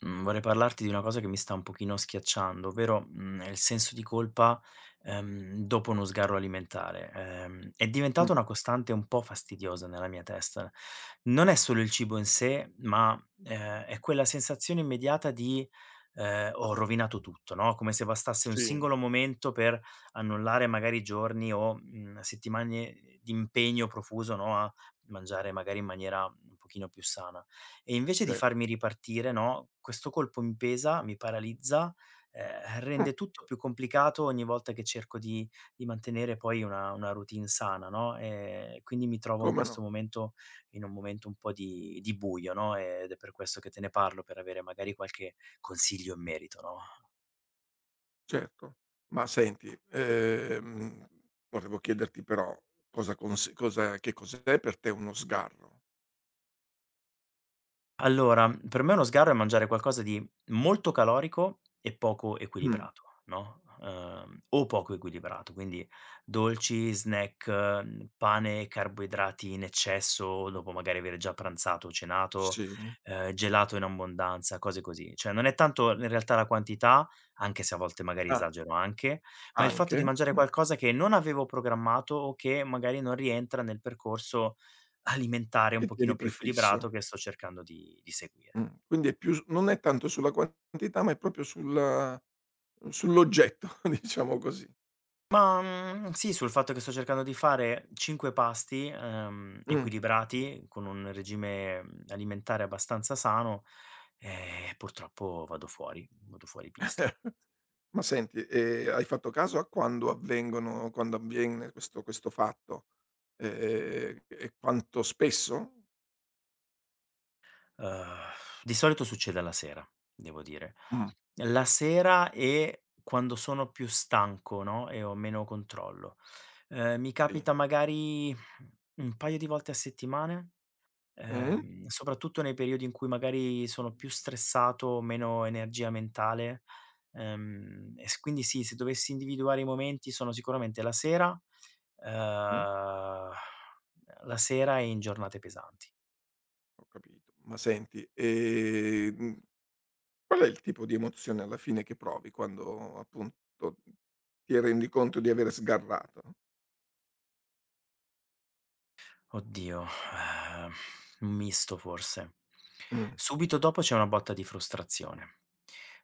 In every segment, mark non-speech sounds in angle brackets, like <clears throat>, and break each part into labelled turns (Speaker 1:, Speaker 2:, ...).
Speaker 1: Mhmm, vorrei parlarti di una cosa che mi sta un pochino schiacciando, ovvero, il senso di colpa, dopo uno sgarro alimentare. È
Speaker 2: Mh,
Speaker 1: diventata una costante un po' fastidiosa nella mia testa. Non è solo il cibo in sé, ma, è quella sensazione immediata di, ho rovinato tutto, no, come se bastasse un
Speaker 2: sì,
Speaker 1: singolo momento per annullare magari giorni o, settimane di impegno profuso, no, a mangiare magari in maniera un pochino più sana. E invece di
Speaker 2: cer
Speaker 1: farmi ripartire, no, questo colpo mi pesa, mi paralizza,
Speaker 2: mh,
Speaker 1: rende tutto più complicato ogni volta che cerco di mantenere poi una routine sana, no, quindi mi trovo in
Speaker 2: come no,
Speaker 1: questo momento in un momento un po' di buio, no, ed è per questo che te ne parlo, per avere magari qualche consiglio in merito, no?
Speaker 2: certo. Ma senti, volevo chiederti però cosa cons cosa che cos'è per te uno sgarro?
Speaker 1: Allora, per me uno sgarro è mangiare qualcosa di molto calorico e poco
Speaker 2: Mh,
Speaker 1: equilibrato, no, o poco equilibrato, quindi dolci, snack, pane, carboidrati in eccesso dopo magari avere già pranzato o cenato,
Speaker 2: sì.
Speaker 1: gelato in abbondanza, cose così. Cioè non è tanto in realtà la quantità, anche se a volte magari
Speaker 2: Ah,
Speaker 1: esagero anche, ma il fatto di
Speaker 2: anche?
Speaker 1: mangiare qualcosa che non avevo programmato o che magari non rientra nel percorso alimentare un
Speaker 2: Che ti
Speaker 1: pochino
Speaker 2: eri
Speaker 1: più
Speaker 2: prefisso.
Speaker 1: equilibrato che sto cercando di seguire.
Speaker 2: Quindi è più s non è tanto sulla quantità, ma è proprio sulla sull'oggetto, <laughs> diciamo così.
Speaker 1: Ma, sì, sul fatto che sto cercando di fare 5 pasti,
Speaker 2: Mh,
Speaker 1: equilibrati con un regime, alimentare abbastanza sano, purtroppo vado fuori pista.
Speaker 2: ma senti, hai fatto caso a quando avviene questo fatto? E quanto spesso?
Speaker 1: Uhm, di solito succede alla sera, devo dire.
Speaker 2: Mh.
Speaker 1: La sera e quando sono più stanco, no, e ho meno controllo. Mi
Speaker 2: Sì.
Speaker 1: capita magari un paio di volte a settimana.
Speaker 2: Mh-mh.
Speaker 1: Soprattutto nei periodi in cui magari sono più stressato, meno energia mentale. E s quindi sì, se dovessi individuare i momenti sono sicuramente
Speaker 2: Mh.
Speaker 1: ehm, la sera e in giornate pesanti.
Speaker 2: Ho capito. Ma senti, qual è il tipo di emozione alla fine che provi quando appunto ti rendi conto di aver sgarrato?
Speaker 1: Oddio, ehm, un misto forse.
Speaker 2: Mh,
Speaker 1: Subito dopo c'è una botta di frustrazione.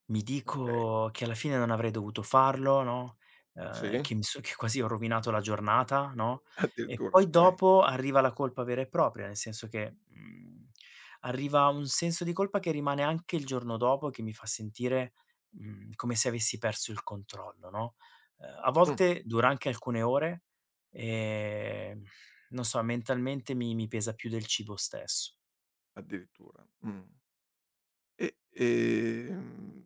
Speaker 1: Mi
Speaker 2: okay.
Speaker 1: dico che alla fine non avrei dovuto farlo, no,
Speaker 2: Sì?
Speaker 1: che mi so che quasi ho rovinato la giornata, no, e
Speaker 2: Addirittura,
Speaker 1: poi
Speaker 2: dai.
Speaker 1: dopo arriva la colpa vera e propria, nel senso che, arriva un senso di colpa che rimane anche il giorno dopo, che mi fa sentire, come se avessi perso il controllo, no, a
Speaker 2: Mh,
Speaker 1: volte dura anche alcune ore, ehm non so, mentalmente mi pesa più del cibo stesso.
Speaker 2: addirittura. Mh. E,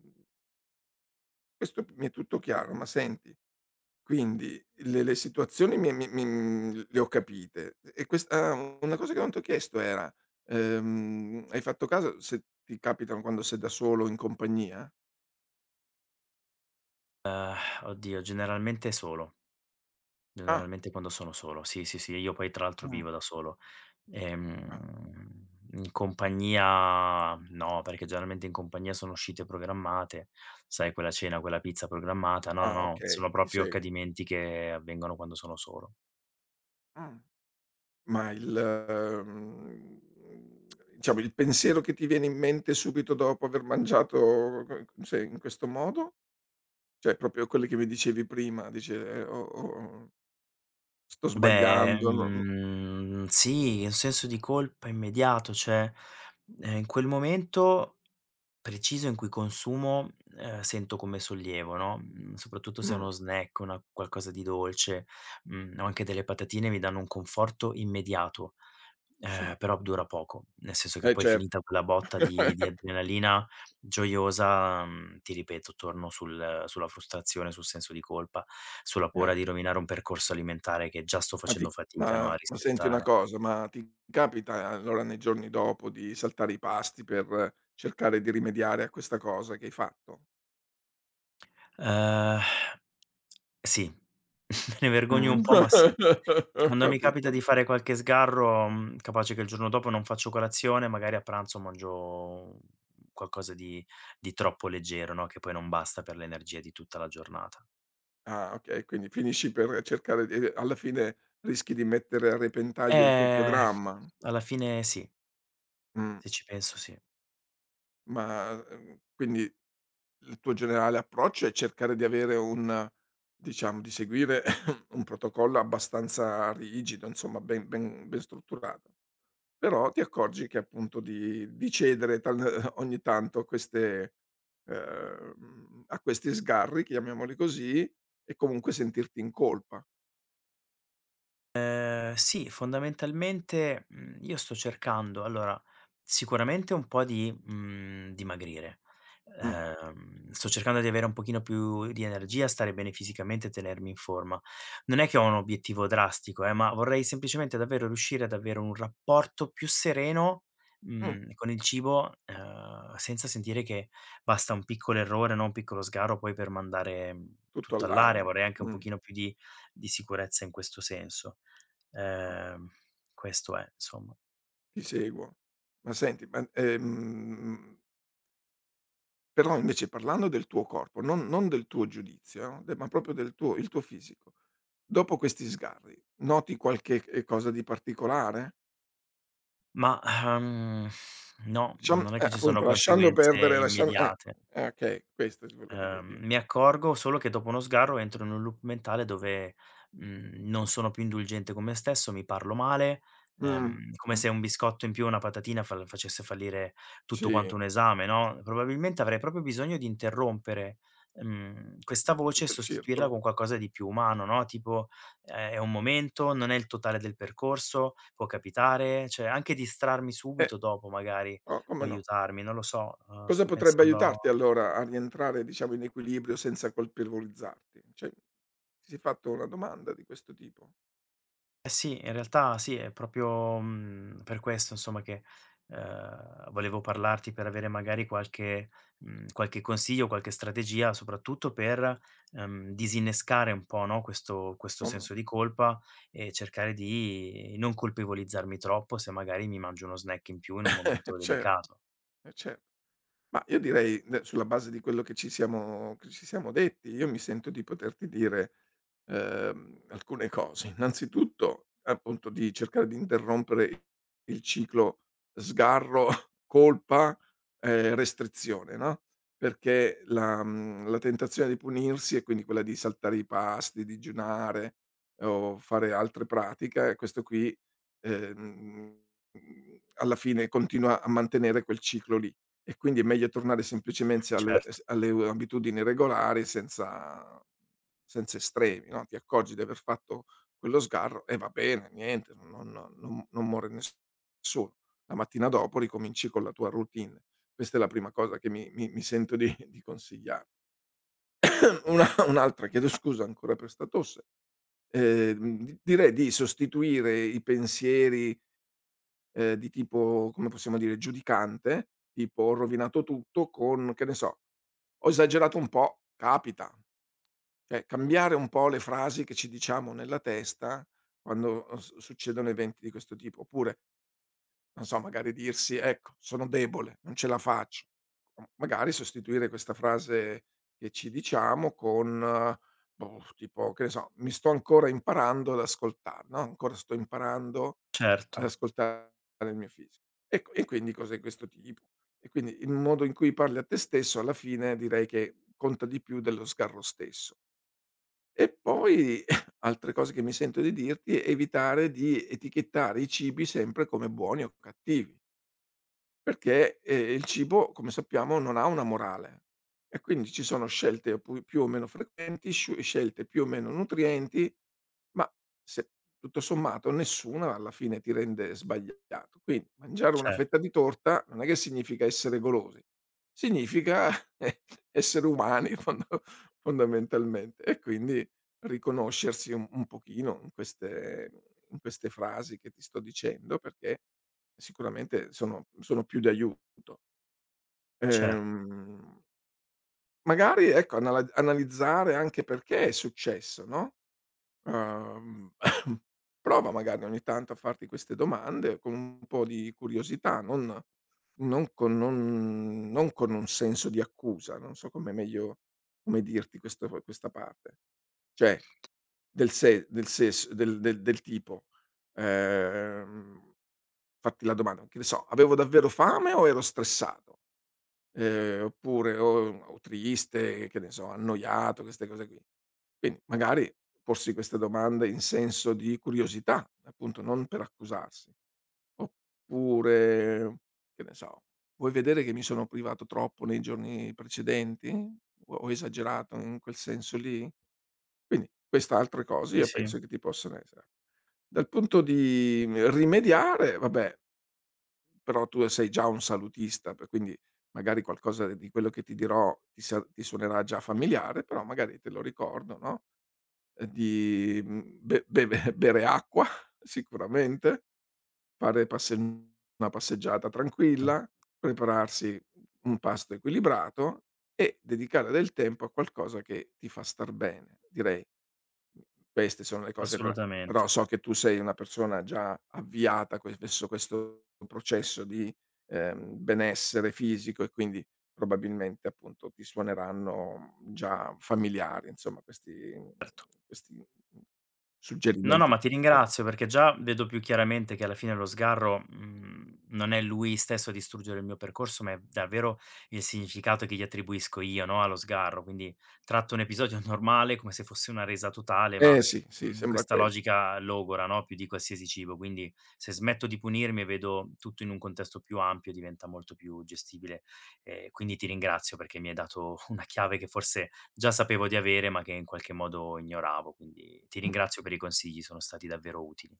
Speaker 2: questo mi è tutto chiaro, ma senti. Quindi le situazioni le ho capite. E una cosa che non t'ho chiesto era, hai fatto caso se ti capitano quando sei da solo o in compagnia?
Speaker 1: Oddio, generalmente solo,
Speaker 2: Ah,
Speaker 1: generalmente quando sono solo. Sì, sì, sì, io poi tra l'altro
Speaker 2: mh,
Speaker 1: vivo da solo.
Speaker 2: ah,
Speaker 1: Ehm, in compagnia no, perché generalmente in compagnia sono uscite programmate, sai quella cena, quella pizza programmata. No,
Speaker 2: ah
Speaker 1: no, no,
Speaker 2: okay,
Speaker 1: sono
Speaker 2: ti
Speaker 1: proprio
Speaker 2: seguo.
Speaker 1: accadimenti che avvengono quando sono solo.
Speaker 2: Mh. Ma mhmm, diciamo il pensiero che ti viene in mente subito dopo aver mangiato, c cioè in questo modo? Cioè proprio quelli che mi dicevi prima, dici: ho ho Sto
Speaker 1: Beh,
Speaker 2: sbagliando, non..."
Speaker 1: sì, un senso di colpa immediato, cioè, in quel momento preciso in cui consumo, sento come sollievo, no, soprattutto se è
Speaker 2: Mh,
Speaker 1: uno snack, una qualcosa di dolce, o anche delle patatine mi danno un conforto immediato,
Speaker 2: sì.
Speaker 1: però dura poco, nel senso che
Speaker 2: Eh.
Speaker 1: poi
Speaker 2: cer
Speaker 1: finita quella botta di
Speaker 2: <laughs>
Speaker 1: adrenalina gioiosa, ti ripeto torno sulla frustrazione, sul senso di colpa, sulla paura
Speaker 2: Eh,
Speaker 1: di rovinare un percorso alimentare che già sto
Speaker 2: ma
Speaker 1: facendo
Speaker 2: ti
Speaker 1: fatica, no, a
Speaker 2: ma senti una
Speaker 1: rispettare.
Speaker 2: cosa, ma ti capita allora nei giorni dopo di saltare i pasti per cercare di rimediare a questa cosa che hai fatto?
Speaker 1: Ehm, sì, <laughs> me ne vergogno
Speaker 2: Mh.
Speaker 1: un po', ma sì.
Speaker 2: <laughs> Ho
Speaker 1: Quando mi
Speaker 2: capito.
Speaker 1: capita di fare qualche sgarro, capace che il giorno dopo non faccio colazione, magari a pranzo mangio qualcosa di troppo leggero, no, che poi non basta per l'energia di tutta la giornata.
Speaker 2: Ah, okay, quindi finisci per cercare di alla fine rischi di mettere a repentaglio il tuo
Speaker 1: Ehm,
Speaker 2: programma.
Speaker 1: alla fine sì,
Speaker 2: Mh,
Speaker 1: se ci penso sì.
Speaker 2: ma, quindi il tuo generale approccio è cercare di avere un diciamo, di seguire <laughs> <coughs> un protocollo abbastanza rigido, insomma ben strutturato. Però ti accorgi che appunto di cedere tal <laughs> ogni tanto a questi sgarri, chiamiamoli così, e comunque sentirti in colpa.
Speaker 1: Sì, fondamentalmente, io sto cercando allora, sicuramente un po' di, dimagrire.
Speaker 2: Mh,
Speaker 1: Sto cercando di avere un pochino più di energia, stare bene fisicamente e tenermi in forma. Non è che ho un obiettivo drastico, ma vorrei semplicemente davvero riuscire ad avere un rapporto più sereno,
Speaker 2: mh,
Speaker 1: con il cibo, senza sentire che basta un piccolo errore, no, un piccolo sgarro poi per mandare,
Speaker 2: Tutto
Speaker 1: tutto all'aria.
Speaker 2: all'aria.
Speaker 1: Vorrei anche un
Speaker 2: Mh,
Speaker 1: pochino più di sicurezza in questo senso. Ehm, questo è, insomma.
Speaker 2: ti seguo. Ma senti, però invece parlando del tuo corpo, non del tuo giudizio, de ma proprio del tuo il tuo fisico, dopo questi sgarri noti qualche, cosa di particolare?
Speaker 1: Ma, no,
Speaker 2: Lasciam
Speaker 1: non è che ci sono
Speaker 2: Appunto lasciando
Speaker 1: conseguenze
Speaker 2: perdere, lascian
Speaker 1: immediate.
Speaker 2: eh okay, questo ti volevo io dire.
Speaker 1: Mi accorgo solo che dopo uno sgarro entro in un loop mentale dove, non sono più indulgente con me stesso, mi parlo male,
Speaker 2: Mh,
Speaker 1: come se un biscotto in più o una patatina fal facesse fallire tutto quanto
Speaker 2: sì,
Speaker 1: un esame, no, probabilmente avrei proprio bisogno di interrompere, questa voce e
Speaker 2: questo è il circolo.
Speaker 1: sostituirla con qualcosa di più umano, no, tipo, è un momento, non è il totale del percorso, può capitare, cioè anche distrarmi
Speaker 2: Eh,
Speaker 1: subito dopo magari
Speaker 2: oh, come
Speaker 1: può
Speaker 2: no.
Speaker 1: aiutarmi, non lo so,
Speaker 2: Cosa
Speaker 1: sto
Speaker 2: potrebbe
Speaker 1: pensando.
Speaker 2: aiutarti allora a rientrare diciamo in equilibrio senza colpevolizzarti? Cioè, ti sei fatto una domanda di questo tipo?
Speaker 1: Eh sì, in realtà sì, è proprio, per questo insomma che, volevo parlarti per avere magari qualche qualche consiglio, qualche strategia, soprattutto per, disinnescare un po', no, questo
Speaker 2: Come?
Speaker 1: senso di colpa e cercare di non colpevolizzarmi troppo se magari mi mangio uno snack in più
Speaker 2: <laughs>
Speaker 1: in un momento
Speaker 2: Certo,
Speaker 1: delicato.
Speaker 2: eh certo. Ma io direi, sulla base di quello che ci siamo detti, io mi sento di poterti dire, alcune cose. Innanzitutto, appunto, di cercare di interrompere il ciclo sgarro, <laughs> colpa, restrizione, no, perché la tentazione di punirsi e quindi quella di saltare i pasti, digiunare o fare altre pratiche, e questo qui, ehm, alla fine continua a mantenere quel ciclo lì. E quindi è meglio tornare semplicemente alle
Speaker 1: Certo,
Speaker 2: s alle u abitudini regolari senza estremi, no, ti accorgi di aver fatto quello sgarro e va bene, niente, non muore nessuno. La mattina dopo ricominci con la tua routine. Questa è la prima cosa che mi sento di consigliare. <clears throat> Una Un'altra, chiedo scusa ancora per 'sta tosse, di direi di sostituire i pensieri, di tipo, come possiamo dire, giudicante, tipo: "Ho rovinato tutto", con, che ne so, ho esagerato un po', capita. Cioè, cambiare un po' le frasi che ci diciamo nella testa quando, s succedono eventi di questo tipo, oppure non so, magari dirsi: "Ecco, sono debole, non ce la faccio." M Magari sostituire questa frase che ci diciamo con, boh, tipo, che ne so: "Mi sto ancora imparando ad ascoltar", no, "Ancora sto imparando ad
Speaker 1: certo,
Speaker 2: ascoltare il mio fisico." E quindi cose di questo tipo. E quindi il modo in cui parli a te stesso alla fine direi che conta di più dello sgarro stesso. E poi <laughs> altre cose che mi sento di dirti: è evitare di etichettare i cibi sempre come buoni o cattivi. Perché, il cibo, come sappiamo, non ha una morale e quindi ci sono scelte pu più o meno frequenti, sciu scelte più o meno nutrienti, ma se tutto sommato nessuna alla fine ti rende sbagliato. Quindi mangiare una
Speaker 1: cer
Speaker 2: fetta di torta non è che significa essere golosi, significa <laughs> essere umani fondo fondamentalmente e quindi riconoscersi un pochino in queste frasi che ti sto dicendo, perché sicuramente sono più di aiuto.
Speaker 1: certo.
Speaker 2: Ehm, Magari ecco, anala analizzare anche perché è successo, no, uhm, <coughs> prova magari ogni tanto a farti queste domande con un po' di curiosità, non con un senso di accusa, non so come dirti questo questa parte. Cioè, del se del ses del del del tipo, ehm, fatti la domanda, che ne so: "Avevo davvero fame o ero stressato?" Oppure o triste, che ne so, annoiato, queste cose qui. Quindi magari porsi queste domande in senso di curiosità, appunto, non per accusarsi. Oppure, che ne so: "Vuoi vedere che mi sono privato troppo nei giorni precedenti? Ho esagerato in quel senso lì?" Quindi queste altre cose
Speaker 1: Sì,
Speaker 2: io
Speaker 1: sì,
Speaker 2: penso che ti possano esa Dal punto di, rimediare, vabbè, però tu sei già un salutista, per quindi magari qualcosa di quello che ti dirò ti suonerà già familiare, però magari te lo ricordo, no, di, mhmm, be beve bere acqua <laughs> sicuramente, fare passe una passeggiata tranquilla, prepararsi un pasto equilibrato e dedicare del tempo a qualcosa che ti fa star bene, direi. Queste sono le cose pre
Speaker 1: assolutamente.
Speaker 2: però so che tu sei una persona già avviata que verso questo processo di, benessere fisico e quindi probabilmente, appunto, ti suoneranno già familiari, insomma, questi questi
Speaker 1: No, no,
Speaker 2: suggerimenti
Speaker 1: ma
Speaker 2: che
Speaker 1: ti
Speaker 2: ti sto
Speaker 1: ringrazio perché già vedo più chiaramente che alla fine lo sgarro, non è lui stesso a distruggere il mio percorso, ma è davvero il significato che gli attribuisco io, no, allo sgarro. Quindi tratto un episodio <laughs> normale come se fosse una resa totale,
Speaker 2: eh
Speaker 1: ma,
Speaker 2: Sì, sì, sembra
Speaker 1: questa
Speaker 2: quello.
Speaker 1: logica logora, no, più di qualsiasi cibo. Quindi se smetto di punirmi e vedo tutto in un contesto più ampio diventa molto più gestibile. Quindi ti ringrazio perché mi hai dato <laughs> una chiave che forse già sapevo di avere, ma che in qualche modo ignoravo. Quindi ti ringrazio per i consigli, sono stati davvero utili.